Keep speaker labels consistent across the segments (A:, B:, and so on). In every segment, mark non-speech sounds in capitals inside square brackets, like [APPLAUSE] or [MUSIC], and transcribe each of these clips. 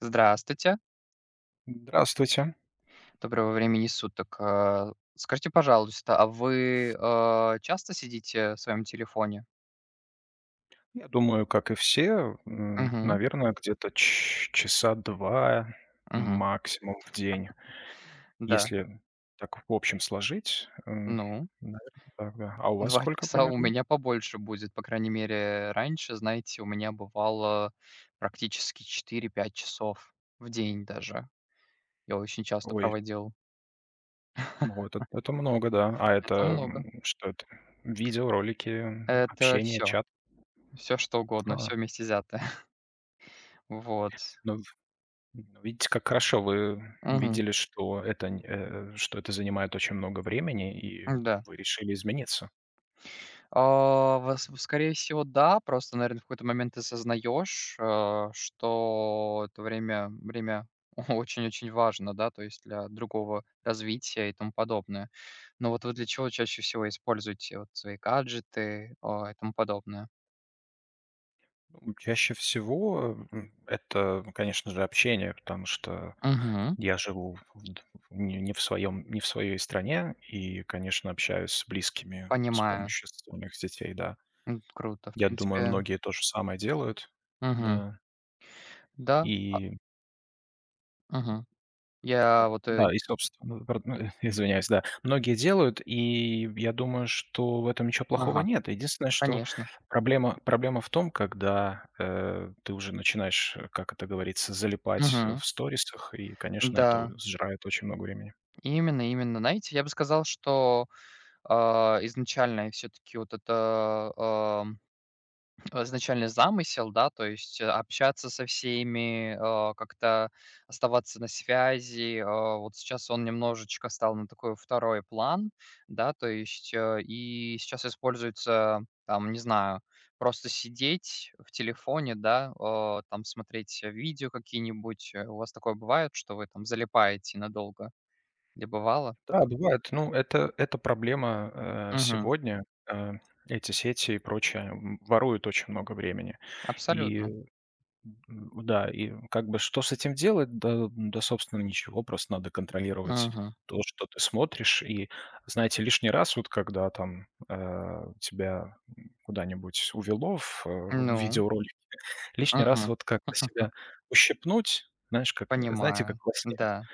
A: Здравствуйте,
B: Здравствуйте.
A: доброго времени суток. Скажите, пожалуйста, а вы, часто сидите в своем телефоне?
B: Я думаю, как и все,
A: Угу,
B: наверное, где-то часа два
A: угу,
B: максимум в день.
A: да,
B: Если так в общем сложить,
A: ну,
B: наверное, так, да. А у
A: [LAUGHS]
B: вас
A: 2
B: сколько
A: часа у
B: примерно?
A: меня побольше будет, по крайней мере, раньше, знаете, у меня бывало практически 4-5 часов в день даже. Я очень часто
B: Ой,
A: проводил.
B: ну это много, да. А это
A: Это много.
B: что это? Видео, ролики,
A: Это
B: общение,
A: все,
B: чат.
A: все что угодно, все
B: А,
A: вместе взятое. [LAUGHS] Вот.
B: ну, ну, видите, как хорошо вы
A: Угу,
B: увидели, что это, что это занимает очень много времени, и
A: да.
B: вы решили измениться.
A: Вас скорее всего, да. Просто, наверное, в какой-то момент ты осознаешь, что это время [LAUGHS] очень-очень важно, да, то есть для другого развития и тому подобное. Но вот вы для чего чаще всего используете вот свои гаджеты, и тому подобное?
B: Чаще всего, это, ну, конечно же, общение, потому что
A: Мгм.
B: я живу не в своей стране и, конечно, общаюсь с близкими с
A: Понимаю.
B: помощью социальных сетей, да.
A: Круто, в
B: Я думаю,
A: принципе.
B: многие то же самое делают,
A: Мгм.
B: да.
A: Да.
B: И
A: Мгм. Я вот, э
B: Да, и, собственно, пардон, ну, [LAUGHS] извиняюсь, да, многие делают, и я думаю, что в этом ничего плохого
A: Ага,
B: нет. Единственное, что
A: конечно.
B: проблема в том, когда, ты уже начинаешь, как это говорится, залипать
A: Мгм.
B: в сторисах, и, конечно, это у
A: Да,
B: сжирает очень много времени.
A: именно. Знаете, я бы сказал, что изначальный все таки вот это, [SNIFFS] [LAUGHS] изначальный замысел, да, то есть общаться со всеми, как-то оставаться на связи. Вот сейчас он немножечко стал на такой второй план, да, то есть, и сейчас используется, там, не знаю, просто сидеть в телефоне, да, там смотреть видео какие-нибудь. У вас такое бывает, что вы там залипаете надолго? Или бывало?
B: Да, бывает. Ну, это проблема,
A: Мгм.
B: сегодня. Э, Эти сети и прочее, воруют очень много времени. И
A: Абсолютно.
B: Да, и как бы что с этим делать? Да, да, собственно, ничего, просто надо контролировать
A: Мгм.
B: то, что ты смотришь. И, знаете, лишний раз, вот когда там тебя куда-нибудь увело в
A: Ну?
B: видеоролик, лишний раз
A: Мгм.
B: вот как-то себя
A: [LAUGHS]
B: ущипнуть, знаешь, как, знаете, как
A: Понимаю.
B: во сне,
A: Да,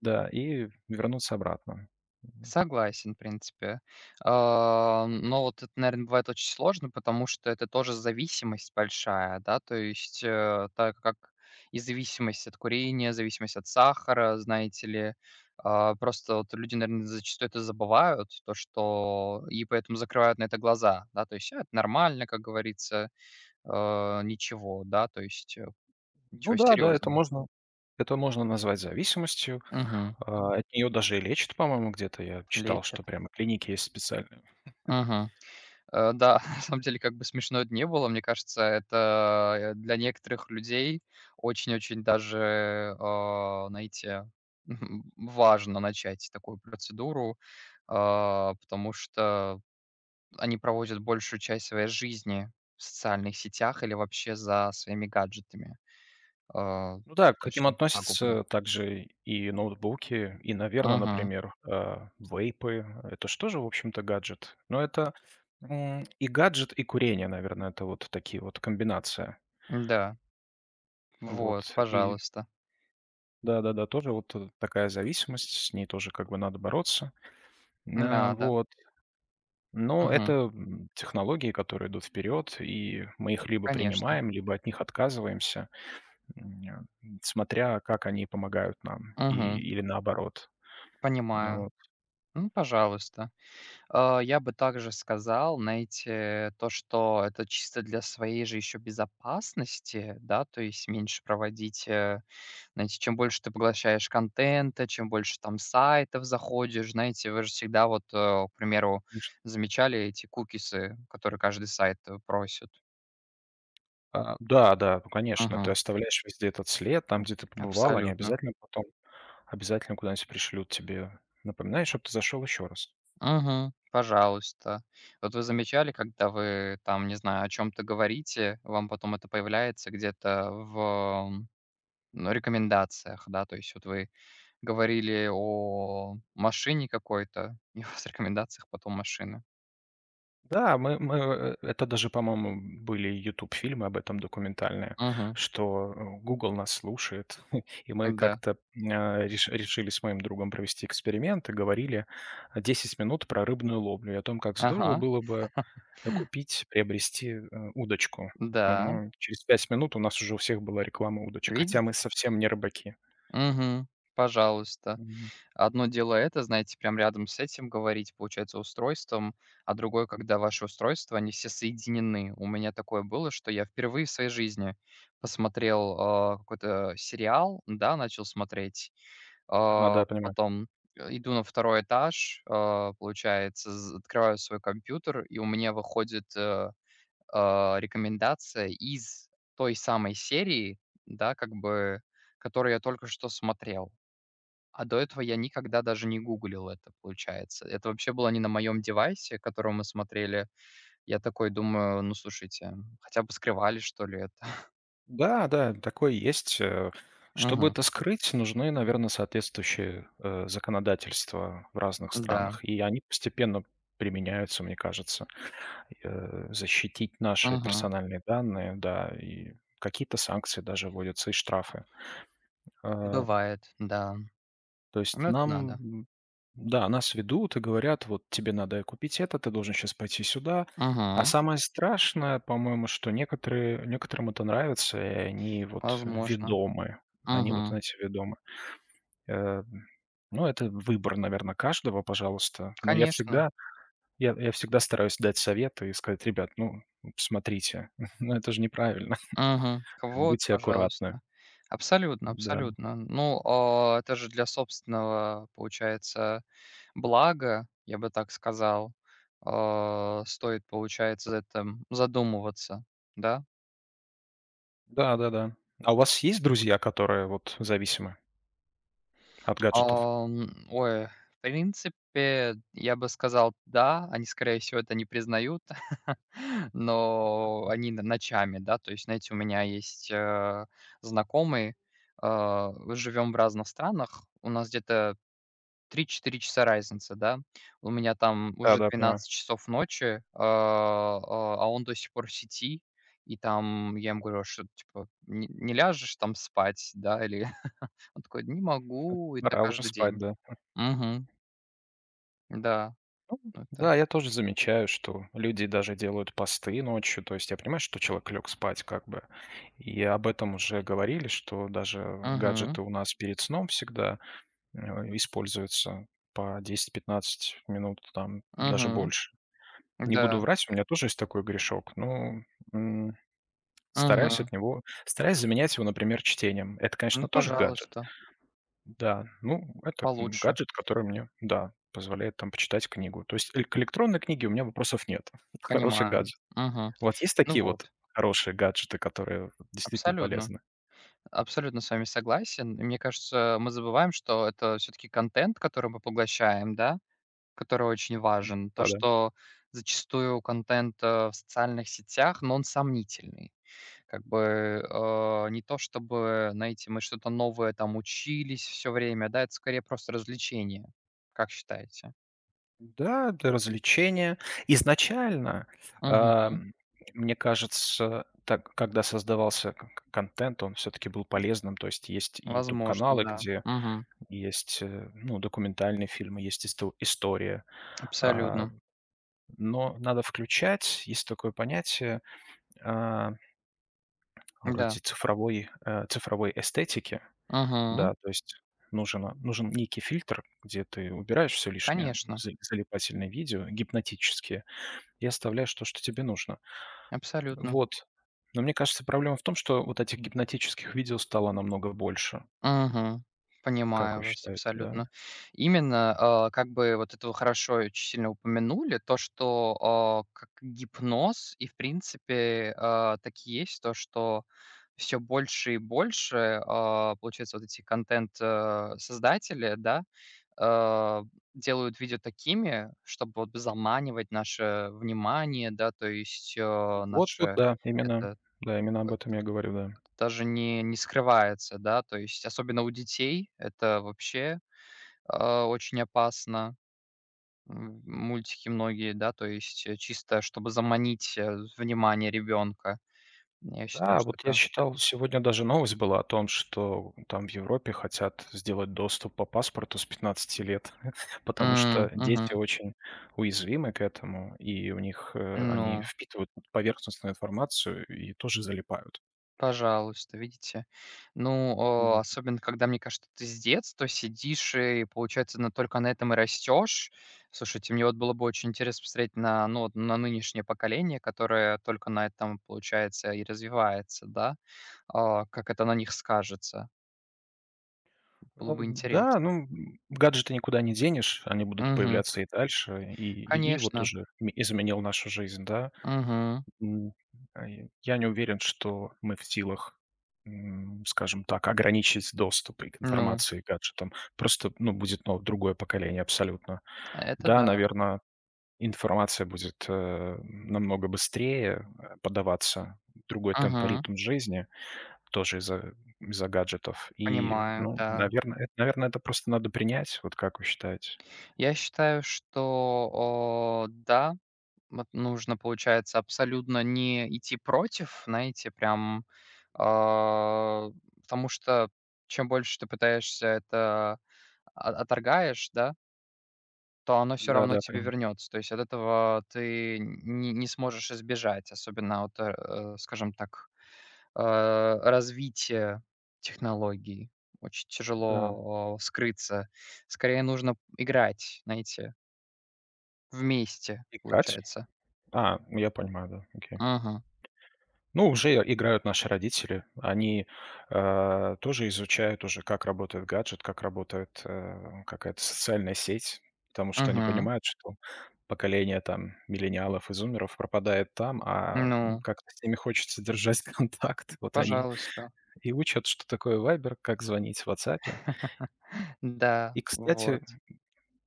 B: да, и вернуться обратно. М,
A: согласен, в принципе. Но вот это, наверное, бывает очень сложно, потому что это тоже зависимость большая, да, то есть, так как и зависимость от курения, зависимость от сахара, знаете ли. Просто вот люди, наверное, зачастую это забывают, то, что и поэтому закрывают на это глаза, да, то есть, это нормально, как говорится, ничего, да, то есть,
B: Ну
A: ничего
B: да, да, это
A: серьезного.
B: можно, это можно назвать зависимостью.
A: Мгм.
B: А, от нее даже и лечат, по-моему, где-то я читал, что
A: Лечат.
B: прямо клиники есть специальные.
A: Да, [LAUGHS] на самом деле, как бы смешно это ни было, мне кажется, это, для некоторых людей очень-очень даже, знаете, [LAUGHS] важно начать такую процедуру, потому что они проводят большую часть своей жизни в социальных сетях или вообще за своими гаджетами. А,
B: Ну да, к
A: это
B: этим
A: очень пагубно.
B: относятся также и ноутбуки, и, наверное,
A: Мгм.
B: например, вейпы. Это что же в общем-то, гаджет. Но это, и гаджет, и курение, наверное, это вот такие вот комбинация.
A: Да, вот,
B: Вот и
A: пожалуйста.
B: да-да-да, тоже вот, такая зависимость, с ней тоже как бы надо бороться. На
A: Надо.
B: вот. Но это,
A: Мгм.
B: м, технологии, которые идут вперед, и мы их либо
A: Конечно.
B: принимаем, либо от них отказываемся, м, э, смотря как они помогают нам и
A: Мгм.
B: или наоборот. Ну
A: Понимаю.
B: вот.
A: Ну, пожалуйста. Я бы также сказал, знаете, то, что это чисто для своей же еще безопасности, да, то есть меньше проводить, знаете, чем больше ты поглощаешь контента, чем больше там сайтов заходишь, знаете, вы же всегда вот, к примеру,
B: Конечно.
A: замечали эти кукисы, которые каждый сайт просит?
B: А, да, да, ну, конечно, ты
A: Мгм.
B: оставляешь везде этот след, там, где ты побывал, они
A: Абсолютно.
B: обязательно потом обязательно куда-нибудь пришлют тебе напоминание, чтобы ты зашел еще раз.
A: Мгм. Пожалуйста. Вот вы замечали, когда вы там, не знаю, о чем-то говорите, вам потом это появляется где-то в... Ну, рекомендациях, да. То есть вот вы говорили о машине какой-то, [LAUGHS] и у вас в рекомендациях потом машина.
B: Да, мы это даже, по-моему, были YouTube фильмы об этом документальные,
A: Мгм.
B: что, Google нас слушает, [LAUGHS] и мы
A: Да.
B: как-то, а, реш решили с моим другом провести эксперимент и говорили, 10 минут про рыбную ловлю и о том, как здорово
A: Ага.
B: было бы купить, приобрести, удочку.
A: Да.
B: Ну, через 5 минут у нас уже у всех была реклама удочек, хотя мы
A: Видите?
B: совсем не рыбаки.
A: Мгм. Пожалуйста.
B: Мгм.
A: Одно дело это, знаете, прям рядом с этим говорить, получается, устройством, а другое, когда ваши устройства, они все соединены. У меня такое было, что я впервые в своей жизни посмотрел какой-то сериал, да, начал смотреть.
B: Ага. А, да,
A: А
B: понимаю.
A: потом, иду на второй этаж, а, получается, з открываю свой компьютер, и у меня выходит, рекомендация из той самой серии, да, как бы, которую я только что смотрел. А до этого я никогда даже не гуглил это, получается. Это вообще было не на моем девайсе, который мы смотрели. Я такой думаю: "Ну, слушайте, хотя бы скрывали, что ли, это?"
B: Да, да, такое есть.
A: [LAUGHS]
B: Чтобы
A: Мгм.
B: это скрыть, нужны, наверное, соответствующие, законодательства в разных
A: Да.
B: странах, и они постепенно применяются, мне кажется. Защитить наши
A: Мгм.
B: персональные данные, да, и какие-то санкции даже вводятся, и штрафы. Э
A: Бывает, да.
B: То есть
A: Ну, это надо.
B: нам, да, нас ведут и говорят: «Вот тебе надо купить это, ты должен сейчас пойти сюда». А
A: Мгм.
B: самое страшное, по-моему, что некоторые некоторым это нравится, и они вот
A: Возможно.
B: ведомы. Они вот,
A: Мгм.
B: знаете, ведомы. Э, ну, это выбор, наверное, каждого, пожалуйста. Но я
A: Конечно.
B: всегда я я всегда стараюсь дать советы и сказать: «Ребят, ну, смотрите, [LAUGHS] ну, это же неправильно,
A: Мгм.
B: [LAUGHS] как бы
A: Вот,
B: будьте аккуратны».
A: пожалуйста. Абсолютно,
B: Да.
A: абсолютно. Ну, это же для собственного, получается, блага, я бы так сказал, стоит, получается, за это задумываться, да?
B: Да-да-да. А у вас есть друзья, которые вот зависимы от гаджетов?
A: Ой, в принципе, я бы сказал, да, они, скорее всего, это не признают. Но они н ночами, да. То есть, знаете, у меня есть, знакомый, живем в разных странах, у нас где-то 3-4 часа разница, да. У меня там уже
B: Да-да, понимаю.
A: 12 часов ночи, а он до сих пор в сети. И там я ему говорю: "А что, типа, не ляжешь там спать, да, или..." [LAUGHS] Он такой: "Не могу". И так
B: Пора уже
A: каждый
B: спать,
A: день.
B: да.
A: Мгм. Да, это.
B: Да, я тоже замечаю, что люди даже делают посты ночью. То есть я понимаю, что человек лег спать как бы. И об этом уже говорили, что даже
A: Мгм.
B: гаджеты у нас перед сном всегда, э, используются по 10-15 минут, там даже
A: Мгм.
B: больше. Не буду
A: Да.
B: врать, у меня тоже есть такой грешок. Ну, м,
A: Мгм.
B: стараюсь от него стараюсь заменять его, например, чтением. Это,
A: Ну,
B: конечно, тоже гаджет.
A: пожалуйста.
B: Да, ну, это,
A: Получше,
B: гаджет, который мне, да, позволяет там почитать книгу. То есть эль к электронной книге у меня вопросов нет. [LAUGHS] Это хороший
A: понимаю.
B: гаджет.
A: Мгм.
B: Вот есть
A: Ну
B: такие вот
A: вот,
B: хорошие гаджеты, которые вот действительно
A: абсолютно.
B: полезны?
A: Абсолютно с вами согласен. И мне кажется, мы забываем, что это все таки контент, который мы поглощаем, да, который очень важен. То,
B: Да-да.
A: что зачастую контент, в социальных сетях, но он сомнительный. Как бы, не то чтобы, знаете, мы что-то новое там учились все время, да, это скорее просто развлечение. Как считаете?
B: Да, для развлечения. Изначально,
A: Мгм.
B: ам, мне кажется, так, когда создавался к к контент, он все таки был полезным. То есть есть YouTube
A: Возможно,
B: каналы,
A: да.
B: где
A: Мгм.
B: есть, ну, документальные фильмы, есть история. А
A: Абсолютно.
B: Но надо включать. Есть такое понятие, а,
A: Да.
B: вроде цифровой эстетики.
A: Мгм.
B: Да, то есть нужен некий фильтр, где ты убираешь все лишнее,
A: Конечно,
B: залипательные видео, гипнотические, и оставляешь то, что тебе нужно.
A: абсолютно.
B: Вот. Но мне кажется, проблема в том, что вот этих гипнотических видео стало намного больше.
A: Мгм.
B: Как вы
A: Понимаю вас
B: считаете,
A: абсолютно.
B: да?
A: Именно, как бы вот это вы хорошо очень сильно упомянули, то, что, как гипноз и, в принципе, так и есть то, что все больше и больше, получается, вот эти контент, создатели, да, а, делают видео такими, чтобы вот заманивать наше внимание, да, то есть,
B: Вот, вот,
A: наше это.
B: да, именно об этом я говорю, да.
A: Даже не скрывается, да, то есть особенно у детей это вообще, очень опасно. Мультики многие, да, то есть, чисто чтобы заманить, внимание ребенка. Я считаю,
B: Да,
A: что
B: вот я
A: это...
B: считал, сегодня даже новость была о том, что там в Европе хотят сделать доступ по паспорту с 15 лет, [LAUGHS] потому что дети
A: Мгм.
B: очень уязвимы к этому, и они
A: Ну.
B: впитывают поверхностную информацию и тоже залипают.
A: Пожалуйста, видите? Ну,
B: Да.
A: особенно, когда, мне кажется, ты с детства сидишь и, получается, на только на этом и растешь. Слушайте, мне вот было бы очень интересно посмотреть на, ну, вот на нынешнее поколение, которое только на этом, получается, и развивается, да? Как это на них скажется? Было бы
B: Да,
A: интересно.
B: ну, гаджеты никуда не денешь, они будут
A: Мгм.
B: появляться и дальше, и вот
A: Конечно.
B: уже ме изменил нашу жизнь, да.
A: Мгм.
B: М, и я не уверен, что мы в силах, скажем так, ограничить доступ и к
A: Ну,
B: информации, и к гаджетам. Просто, ну, будет, ну, другое поколение абсолютно.
A: это
B: Да,
A: да.
B: наверно, информация будет, намного быстрее, подаваться, другой темп и
A: Мгм.
B: ритм жизни тоже из-за гаджетов. И,
A: Понимаю,
B: ну,
A: да.
B: наверно, это просто надо принять. Вот как вы считаете?
A: Я считаю, что, о, да. Вот нужно, получается, абсолютно не идти против, знаете, прям, а, потому что чем больше ты пытаешься это о отторгаешь, да, то оно все равно
B: Да-да,
A: тебе
B: прям,
A: вернется. То есть от этого ты не сможешь избежать, особенно вот, скажем так, развития технологий. Очень
B: да.
A: тяжело, скрыться. Скорее нужно играть, знаете, вместе,
B: Играть?
A: получается.
B: А, я понимаю, да, окей.
A: Мгм.
B: Ну, уже играют наши родители. Они, тоже изучают уже, как работает гаджет, как работает, какая-то социальная сеть, потому что они
A: Мгм.
B: понимают, что поколение там миллениалов и зумеров пропадает там,
A: Ну.
B: как-то с ними хочется держать [LAUGHS] контакт. Вот они
A: Пожалуйста.
B: и учат, что такое «Вайбер», как звонить в «Ватсапе».
A: Да,
B: И, кстати,
A: вот.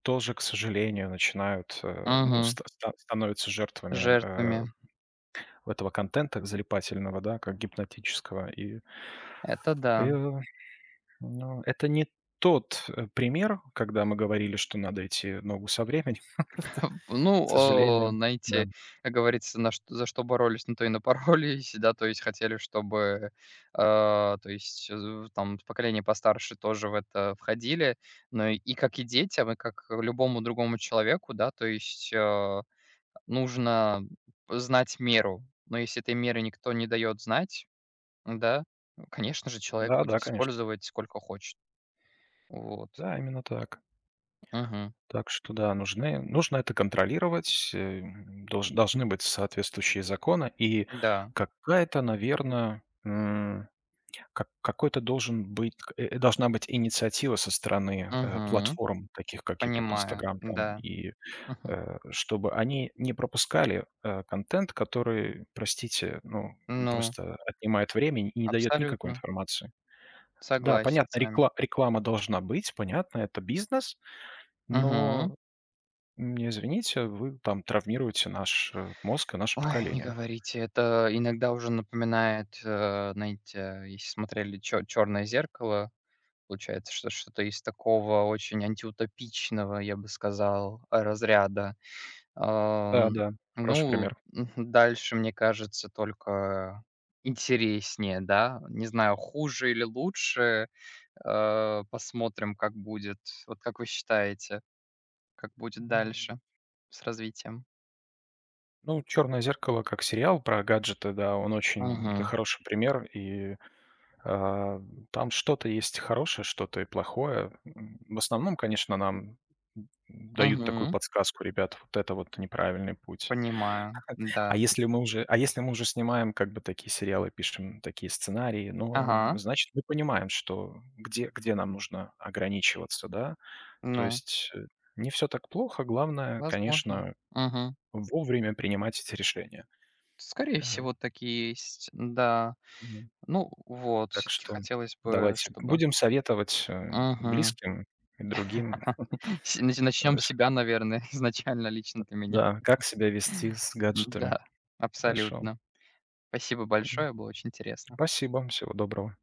B: тоже, к сожалению, начинают, ну,
A: Мгм.
B: становятся жертвами,
A: Жертвами.
B: этого контента залипательного, да, как гипнотического. И,
A: Это
B: э,
A: да.
B: ну, это не тот, пример, когда мы говорили, что надо идти ногу со временем. [LAUGHS] Это,
A: [LAUGHS] Ну,
B: к
A: о,
B: сожалению, да.
A: знаете, как говорится, на что за что боролись, на то и напоролись, [LAUGHS] да. То есть хотели, чтобы, то есть, там поколение постарше тоже в это входили. Но и как и детям, и как любому другому человеку, да, то есть, нужно знать меру. Но если этой меры никто не дает знать, да, ну, конечно же, человек
B: Да-да,
A: будет
B: конечно.
A: использовать сколько хочет. Вот.
B: Да, именно так.
A: Мгм.
B: Так что да, нужны нужно это контролировать, должны быть соответствующие законы и
A: Да.
B: какая-то, наверное. Как какой-то должен быть э, Должна быть инициатива со стороны,
A: Мгм.
B: платформ, таких как YouTube,
A: Понимаю.
B: Instagram там,
A: Да.
B: и,
A: Мгм.
B: э, чтобы они не пропускали, контент, который, простите, ну, он
A: Ну,
B: просто отнимает время и не дает никакой
A: абсолютно.
B: информации. Да,
A: Согласен с
B: понятно,
A: вами.
B: реклама должна быть, понятно, это бизнес,
A: Мгм.
B: но, извините, вы там травмируете наш, мозг и наше
A: Ой, не
B: поколение.
A: говорите, это иногда уже напоминает, знаете, если смотрели "Чё Чёрное зеркало", получается, что что-то из такого очень антиутопичного, я бы сказал, разряда.
B: Да,
A: Ам,
B: да, хороший
A: ну,
B: пример.
A: [LAUGHS] дальше, мне кажется, только интереснее, да. Не знаю, хуже или лучше. Посмотрим, как будет. Вот как вы считаете, как будет
B: Мгм.
A: дальше с развитием?
B: Ну, «Черное зеркало» как сериал про гаджеты, да, он очень это
A: Мгм.
B: хороший пример, и, а, там что-то есть хорошее, что-то и плохое. В основном, конечно, нам дают такую
A: Мгм.
B: подсказку: «ребят, вот это вот неправильный путь».
A: Понимаю,
B: А
A: да.
B: если мы уже а если мы уже снимаем как бы такие сериалы, пишем такие сценарии, ну,
A: Ага.
B: значит, мы понимаем, что где нам нужно ограничиваться, да. То
A: Ну,
B: есть, не все так плохо, главное,
A: возможно.
B: конечно,
A: Мгм.
B: вовремя принимать эти решения.
A: Скорее
B: Э,
A: всего, так и есть, да. Ну вот,
B: Так
A: все таки
B: что
A: хотелось бы,
B: давайте
A: чтобы...
B: будем советовать,
A: Мгм.
B: близким и другим,
A: [LAUGHS] Начнем
B: э,
A: с
B: ш
A: себя, наверное, [LAUGHS] изначально, лично для меня.
B: да, как себя вести
A: [LAUGHS]
B: с гаджетами.
A: Да,
B: Хорошо.
A: абсолютно. Спасибо
B: М.
A: большое, было очень интересно.
B: Спасибо. Всего доброго.